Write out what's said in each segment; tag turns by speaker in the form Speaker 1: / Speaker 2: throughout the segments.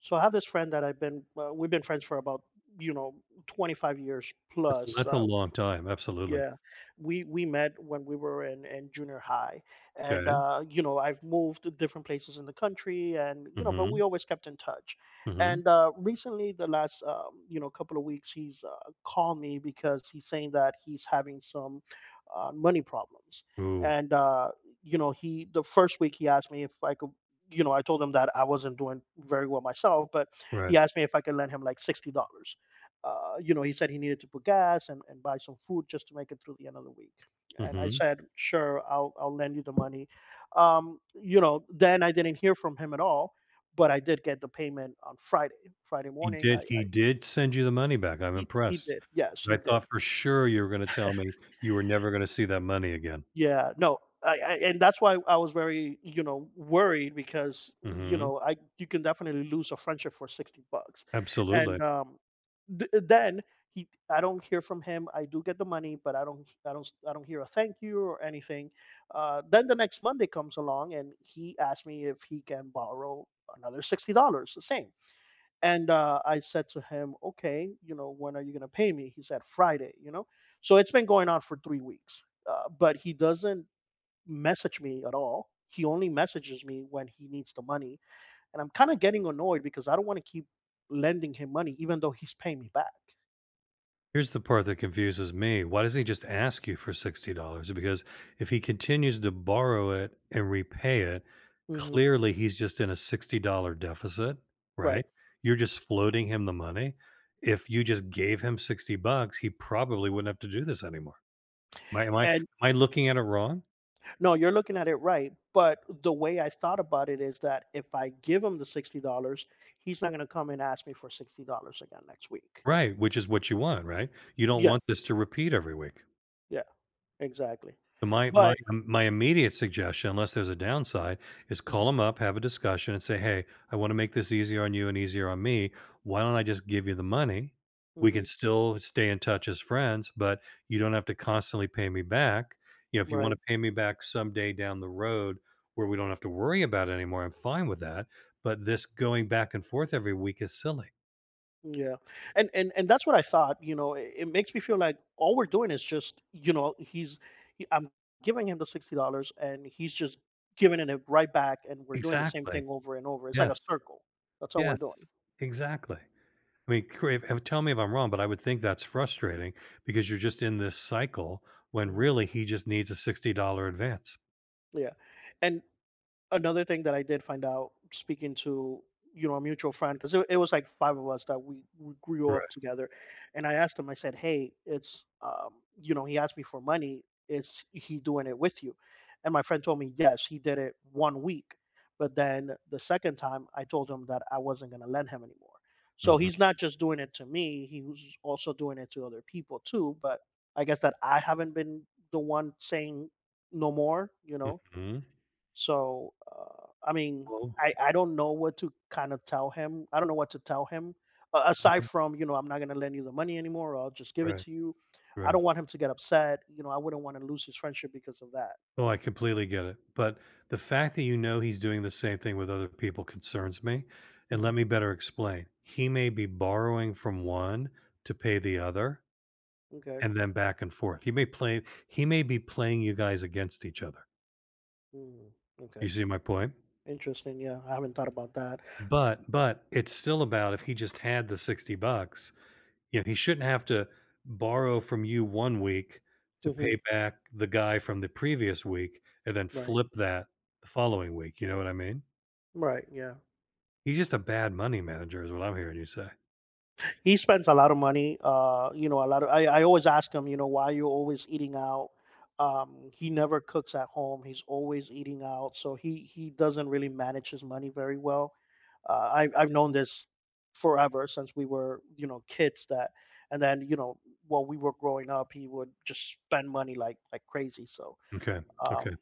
Speaker 1: So I have this friend that I've been we've been friends for about you know 25 years
Speaker 2: That's
Speaker 1: plus.
Speaker 2: that's a long time, absolutely.
Speaker 1: Yeah, we met when we were in junior high, and
Speaker 2: Okay.
Speaker 1: you know I've moved to different places in the country, and you know, but we
Speaker 2: Mhm,
Speaker 1: always kept in touch.
Speaker 2: mhm.
Speaker 1: And recently, the last you know couple of weeks, he's called me because he's saying that he's having some money problems,
Speaker 2: Ooh,
Speaker 1: and you know he the first week he asked me if I could. You know, I told him that I wasn't doing very well myself, but he
Speaker 2: right,
Speaker 1: asked me if I could lend him like $60 you know, he said he needed to put gas and buy some food just to make it through the end of the week. And I
Speaker 2: mhm.
Speaker 1: said, sure, I'll lend you the money. You know, then I didn't hear from him at all, but I did get the payment on Friday, Friday
Speaker 2: He
Speaker 1: morning.
Speaker 2: did
Speaker 1: I
Speaker 2: he did send you the money back, I'm
Speaker 1: he
Speaker 2: impressed,
Speaker 1: did. Yes,
Speaker 2: 'cause
Speaker 1: he
Speaker 2: I
Speaker 1: did.
Speaker 2: thought for sure you were gonna tell me you were never gonna see that money again.
Speaker 1: Yeah, no, I and that's why I was very, you know, worried because, you
Speaker 2: Mhm,
Speaker 1: know, I you can definitely lose a friendship for 60 bucks. And
Speaker 2: absolutely.
Speaker 1: th- then he I don't hear from him. I do get the money, but I don't hear a thank you or anything. Then the next Monday comes along and he asked me if he can borrow another $60, the same. And I said to him, "Okay, you know, when are you going to pay me?" He said, "Friday," you know. So it's been going on for 3 weeks but he doesn't message me at all. He only messages me when he needs the money, and I'm kind of getting annoyed because I don't want to keep lending him money even though he's paying me back.
Speaker 2: Here's the part that confuses me. Why doesn't he just ask you for $60? Because if he continues to borrow it and repay it,
Speaker 1: Hmm.
Speaker 2: clearly he's just in a $60 deficit, right?
Speaker 1: Right.
Speaker 2: You're just floating him the money. If you just gave him 60 bucks, he probably wouldn't have to do this anymore. Am I, am I, am
Speaker 1: And
Speaker 2: I looking at it wrong?
Speaker 1: no, you're looking at it right. But the way I thought about it is that if I give him the $60, he's not going to come and ask me for $60 again next week.
Speaker 2: Right, which is what you want, right? You don't
Speaker 1: Yeah.
Speaker 2: want this to repeat every week.
Speaker 1: Yeah. Exactly.
Speaker 2: So
Speaker 1: But,
Speaker 2: my immediate suggestion, unless there's a downside, is call
Speaker 1: mhm,
Speaker 2: them up, have a discussion, and say, "Hey, I want to make this easier on you and easier on me. Why don't I just give you the money? We can
Speaker 1: mhm,
Speaker 2: still stay in touch as friends, but you don't have to constantly pay me back. You know, if you want to
Speaker 1: right.
Speaker 2: pay me back someday down the road where we don't have to worry about it anymore, I'm fine with that. But this going back and forth every week is silly."
Speaker 1: Yeah. And that's what I thought, you know, it makes me feel like all we're doing is just, you know, I'm giving him the $60 and he's just giving it right back and we're doing the same
Speaker 2: Exactly.
Speaker 1: thing over and over. It's like a
Speaker 2: Yes.
Speaker 1: circle. That's all we're
Speaker 2: Yes.
Speaker 1: doing.
Speaker 2: Exactly. I mean, tell me if I'm wrong, but I would think that's frustrating because you're just in this cycle when
Speaker 1: Hmm.
Speaker 2: really he just needs a $60 advance.
Speaker 1: Yeah. And another thing that I did find out speaking to you know a mutual friend because it was like five of us that we grew up
Speaker 2: Right.
Speaker 1: together, and I asked him. I said, "Hey, it's you know," he asked me for money. Is he doing it with you? And my friend told me, "Yes, he did it one week." But then the second time, I told him that I wasn't going to lend him anymore. So he's
Speaker 2: Hmm.
Speaker 1: not just doing it to me; he was also doing it to other people too. But I guess that I haven't been the one saying no more. You know,
Speaker 2: Hmm.
Speaker 1: so, I mean,
Speaker 2: Well,
Speaker 1: I don't know what to kind of tell him. I don't know what to tell him a aside
Speaker 2: well,
Speaker 1: from, you know, "I'm not gonna lend you the money anymore, or I'll just give it
Speaker 2: right,
Speaker 1: to you." I
Speaker 2: right.
Speaker 1: don't want him to get upset, you know, I wouldn't wanna lose his friendship because of that.
Speaker 2: Oh, I completely get it. But the fact that you know he's doing the same thing with other people concerns me. And let
Speaker 1: Mhm,
Speaker 2: me better explain. He may be borrowing from one to pay the other
Speaker 1: okay.
Speaker 2: and then back and forth. He may be playing you guys against each other.
Speaker 1: Mm,
Speaker 2: You
Speaker 1: okay.
Speaker 2: see my point?
Speaker 1: Interesting, yeah, I haven't thought about that.
Speaker 2: But it's still about if he just had the 60 bucks, you know, he shouldn't have to borrow from you 1 week to pay
Speaker 1: Mhm,
Speaker 2: back the guy from the previous week and then
Speaker 1: right.
Speaker 2: flip that the following week, you know what I mean?
Speaker 1: Right, yeah.
Speaker 2: He's just a bad money manager is what I'm hearing you say.
Speaker 1: He spends a lot of money. You know, a lot of I always ask him, you know, why you always eating out. He never cooks at home. He's always eating out, so he doesn't really manage his money very well. I've known this forever since we were you know kids that, and then you know while we were growing up, he would just spend money like crazy. So
Speaker 2: Okay, okay.
Speaker 1: um,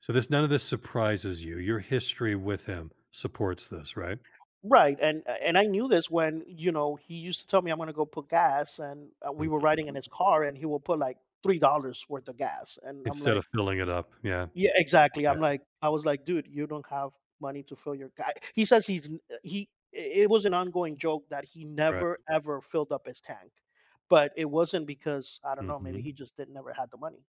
Speaker 2: So this none of this surprises you. Your history with him supports this, right?
Speaker 1: right, and I knew this when, you know, he used to tell me I'm gonna go put gas, and, we were
Speaker 2: Mhm.
Speaker 1: riding in his car, and he will put, like, $3 worth of gas, and I'm
Speaker 2: Instead
Speaker 1: like
Speaker 2: of filling it up. Yeah,
Speaker 1: yeah, exactly,
Speaker 2: yeah,
Speaker 1: I'm like I was like, "Dude, you don't have money to fill your gas. He says he it was an ongoing joke that he never
Speaker 2: right.
Speaker 1: ever filled up his tank, but it wasn't because, I don't know, maybe
Speaker 2: Mhm.
Speaker 1: he just didn't never had the money.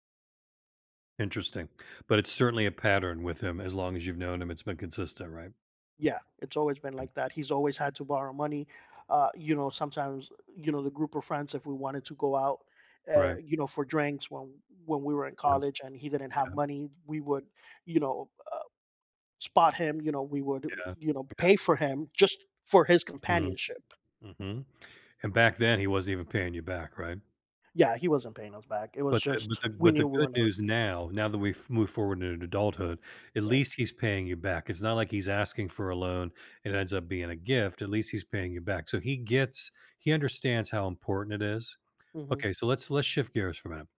Speaker 2: Interesting. But it's certainly a pattern with him as long as you've known him, it's been consistent, right?
Speaker 1: Yeah, it's always been like that. He's always had to borrow money. You know, sometimes you know the group of friends if we wanted to go out,
Speaker 2: Right.
Speaker 1: you know, for drinks when we were in
Speaker 2: Yep,
Speaker 1: college and he didn't have
Speaker 2: yeah,
Speaker 1: money, we would, you know, spot him. You know, we would,
Speaker 2: yeah.
Speaker 1: you know, pay for him just for his
Speaker 2: Mhm,
Speaker 1: companionship.
Speaker 2: mhm. And back then, he wasn't even paying you back, right?
Speaker 1: Yeah, he wasn't paying us back. It was
Speaker 2: But
Speaker 1: just we
Speaker 2: the
Speaker 1: knew we
Speaker 2: good
Speaker 1: were never
Speaker 2: news now that we've moved forward into adulthood, at
Speaker 1: right.
Speaker 2: least he's paying you back. It's not like he's asking for a loan, it ends up being a gift, at least he's paying you back. So he understands how important it is.
Speaker 1: Hmm.
Speaker 2: Okay, so let's shift gears for a minute.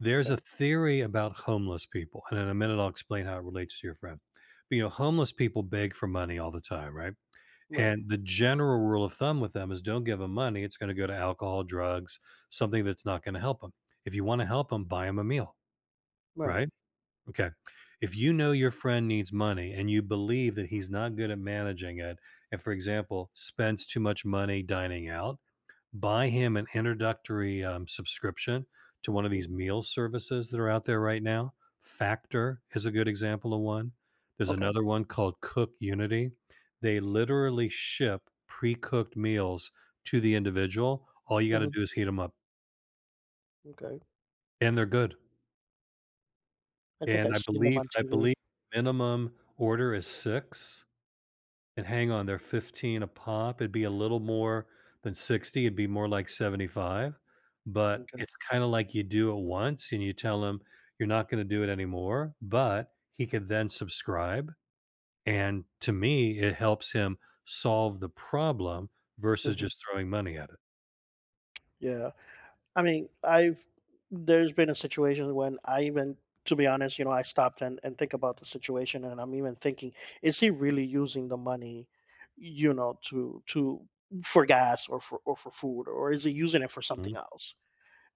Speaker 2: There's
Speaker 1: Okay.
Speaker 2: a theory about homeless people, and in a minute, I'll explain how it relates to your friend. But, you know, homeless people beg for money all the time, right?
Speaker 1: Right.
Speaker 2: And the general rule of thumb with them is don't give them money. It's going to go to alcohol, drugs, something that's not going to help them. If you want to help them, buy them a meal,
Speaker 1: Right.
Speaker 2: right? Okay. If you know your friend needs money and you believe that he's not good at managing it, and for example, spends too much money dining out, buy him an introductory subscription to one of these
Speaker 1: Hmm.
Speaker 2: meal services that are out there right now. Factor is a good example of one. There's
Speaker 1: Okay.
Speaker 2: another one called Cook Unity. They literally ship pre cooked meals to the individual. All you got to
Speaker 1: Hmm.
Speaker 2: do is heat them up,
Speaker 1: Okay.
Speaker 2: and they're good.
Speaker 1: I think
Speaker 2: And
Speaker 1: I've seen them on
Speaker 2: I
Speaker 1: TV.
Speaker 2: believe minimum order is six. And hang on, they're 15 a pop, it'd be a little more than 60, it'd be more like 75, but it's kinda like you do it once and you tell him you're not gonna do it anymore, but he could then subscribe, and to me, it helps him solve the problem versus
Speaker 1: Mhm.
Speaker 2: just throwing money at it.
Speaker 1: Yeah. I mean, I've there's been a situation when I even to be honest, you know, I stopped and think about the situation and I'm even thinking, is he really using the money, you know, to for gas or for food, or is he using it for
Speaker 2: Mhm.
Speaker 1: something else?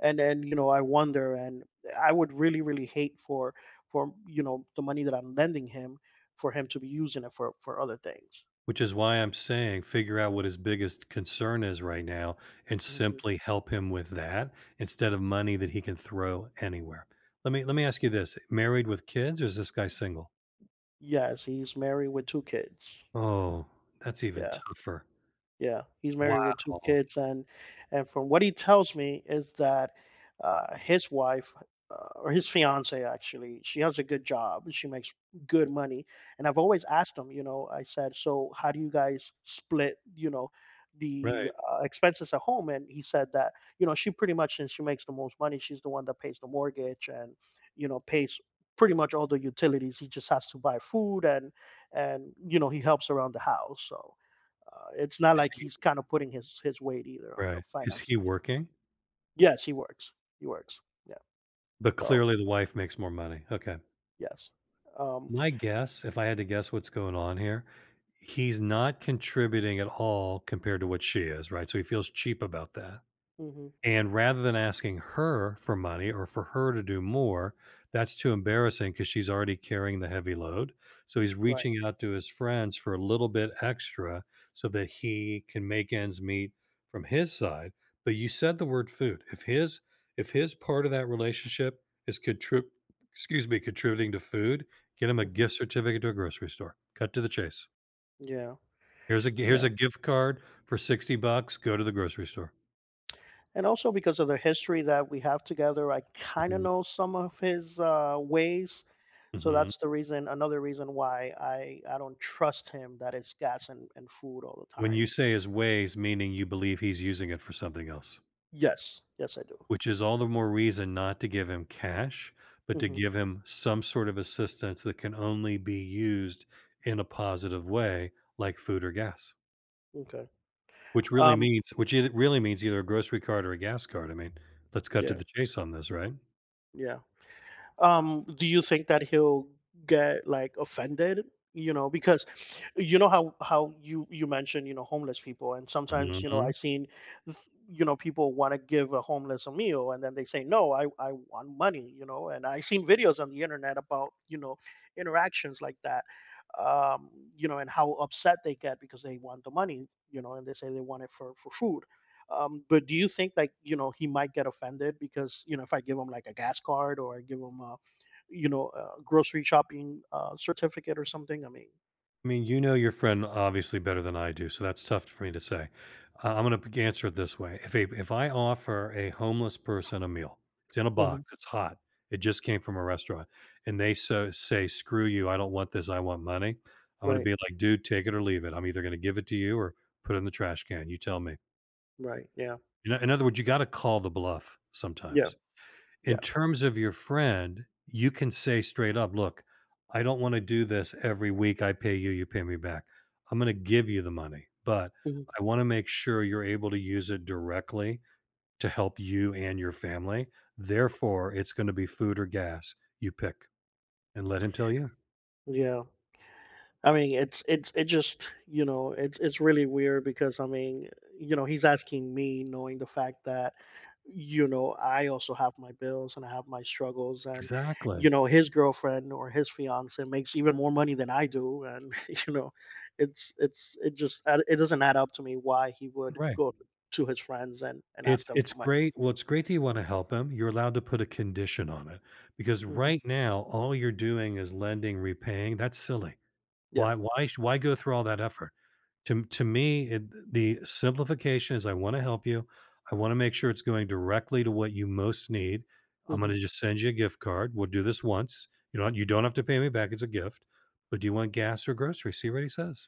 Speaker 1: And you know I wonder and I would really really hate for you know the money that I'm lending him for him to be using it for other things.
Speaker 2: Which is why I'm saying figure out what his biggest concern is right now and
Speaker 1: Mhm.
Speaker 2: simply help him with that instead of money that he can throw anywhere. Let me ask you this. Married with kids or is this guy single?
Speaker 1: Yes, he's married with two kids.
Speaker 2: Oh, that's even
Speaker 1: Yeah.
Speaker 2: tougher.
Speaker 1: Yeah, he's married with 2
Speaker 2: Wow.
Speaker 1: kids, and from what he tells me is that, his wife, or his fiance actually, she has a good job and she makes good money, and I've always asked him, you know, I said, "So how do you guys split, you know, the,
Speaker 2: Right.
Speaker 1: expenses at home?" And he said that, you know, she pretty much since she makes the most money, she's the one that pays the mortgage and, you know, pays pretty much all the utilities. He just has to buy food and, you know, he helps around the house, so it's not
Speaker 2: Is
Speaker 1: like he's
Speaker 2: he
Speaker 1: kind of putting his weight either on the
Speaker 2: right. Is
Speaker 1: finance.
Speaker 2: he working?
Speaker 1: Yes, he works. He works. Yeah.
Speaker 2: But
Speaker 1: So
Speaker 2: clearly the wife makes more money. Okay.
Speaker 1: yes. Um.
Speaker 2: My guess, if I had to guess what's going on here, he's not contributing at all compared to what she is, right? So he feels cheap about that.
Speaker 1: Hmm.
Speaker 2: And rather than asking her for money or for her to do more, that's too embarrassing because she's already carrying the heavy load. So he's
Speaker 1: Right.
Speaker 2: reaching out to his friends for a little bit extra so that he can make ends meet from his side. But you said the word food. If his part of that relationship is contrib excuse me, contributing to food, get him a
Speaker 1: Hmm.
Speaker 2: gift certificate to a grocery store. Cut to the chase.
Speaker 1: Yeah.
Speaker 2: Here's
Speaker 1: Yeah.
Speaker 2: a gift card for 60 bucks. Go to the grocery store.
Speaker 1: And also because of the history that we have together, I kind of
Speaker 2: Mhm,
Speaker 1: know some of his ways. So
Speaker 2: mhm.
Speaker 1: that's the reason. Another reason why I don't trust him that it's gas and food all the
Speaker 2: When you
Speaker 1: time.
Speaker 2: say his ways, meaning you believe he's using it for something else,
Speaker 1: Yes. Yes, I do.
Speaker 2: which is all the more reason not to give him cash, but to
Speaker 1: Hmm.
Speaker 2: give him some sort of assistance that can only be used in a positive way, like food or gas,
Speaker 1: Okay.
Speaker 2: which really
Speaker 1: Um.
Speaker 2: means, which it really means either a grocery card or a gas card. I mean, let's cut to
Speaker 1: Yeah.
Speaker 2: the chase on this, right?
Speaker 1: Yeah. Um, do you think that he'll get like offended you know because you know how you you mentioned you know homeless people and sometimes you know
Speaker 2: Mhm.
Speaker 1: th- you know people want to give a homeless a meal and then they say no I want money you know and I seen videos on the internet about you know interactions like that um you know and how upset they get because they want the money you know and they say they want it for food, but do you think like you know he might get offended because you know if I give him like a gas card or I give him a you know a grocery shopping certificate or something? I mean,
Speaker 2: I mean, you know your friend obviously better than I do, so that's tough for me to say. I'm going to answer it this way: if I offer a homeless person a meal, it's in a
Speaker 1: hmm,
Speaker 2: box, it's hot, it just came from a restaurant, and they say, "Screw you! I don't want this. I want money." I'm going to
Speaker 1: right,
Speaker 2: be like, "Dude, take it or leave it. I'm either going to give it to you or put it in the trash can. You tell me."
Speaker 1: right, yeah,
Speaker 2: You know, in other words, you got to call the bluff
Speaker 1: yeah,
Speaker 2: sometimes. In
Speaker 1: yeah,
Speaker 2: terms of your friend, you can say straight up, "Look, I don't wanna do this every week, I pay you, you pay me back. I'm gonna give you the money, but
Speaker 1: mhm,
Speaker 2: I wanna make sure you're able to use it directly to help you and your family. Therefore, it's gonna be food or gas. You pick." And let him tell you.
Speaker 1: yeah. I mean, it's it just you know it's really weird because I mean you know he's asking me knowing the fact that you know I also have my bills and I have my struggles and you
Speaker 2: Exactly.
Speaker 1: know his girlfriend or his fiance makes even more money than I do and you know it's it just it doesn't add up to me why he would
Speaker 2: Right.
Speaker 1: go to his friends and ask them
Speaker 2: It's
Speaker 1: for money.
Speaker 2: great Well, it's great that you wanna help him. You're allowed to put a condition on it because
Speaker 1: Hmm.
Speaker 2: right now, all you're doing is lending, repaying. That's silly.
Speaker 1: Yeah.
Speaker 2: Why go through all that effort? To me, it the simplification is I wanna help you. I wanna make sure it's going directly to what you most need. I'm gonna
Speaker 1: Hmm.
Speaker 2: just send you a gift card. We'll do this once. You don't have to pay me back, it's a gift. But do you want gas or groceries? See what he says.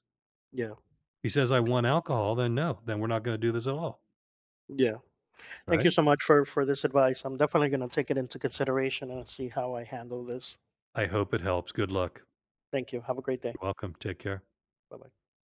Speaker 1: Yeah.
Speaker 2: He says, "I
Speaker 1: Okay.
Speaker 2: want alcohol," then no, then we're not gonna do this at all,
Speaker 1: Yeah. Thank you
Speaker 2: right?
Speaker 1: so much for this advice. I'm definitely going to take it into consideration and see how I handle this.
Speaker 2: I hope it helps. Good luck.
Speaker 1: Thank you. Have a great day.
Speaker 2: You're welcome. Take care.
Speaker 1: Bye-bye.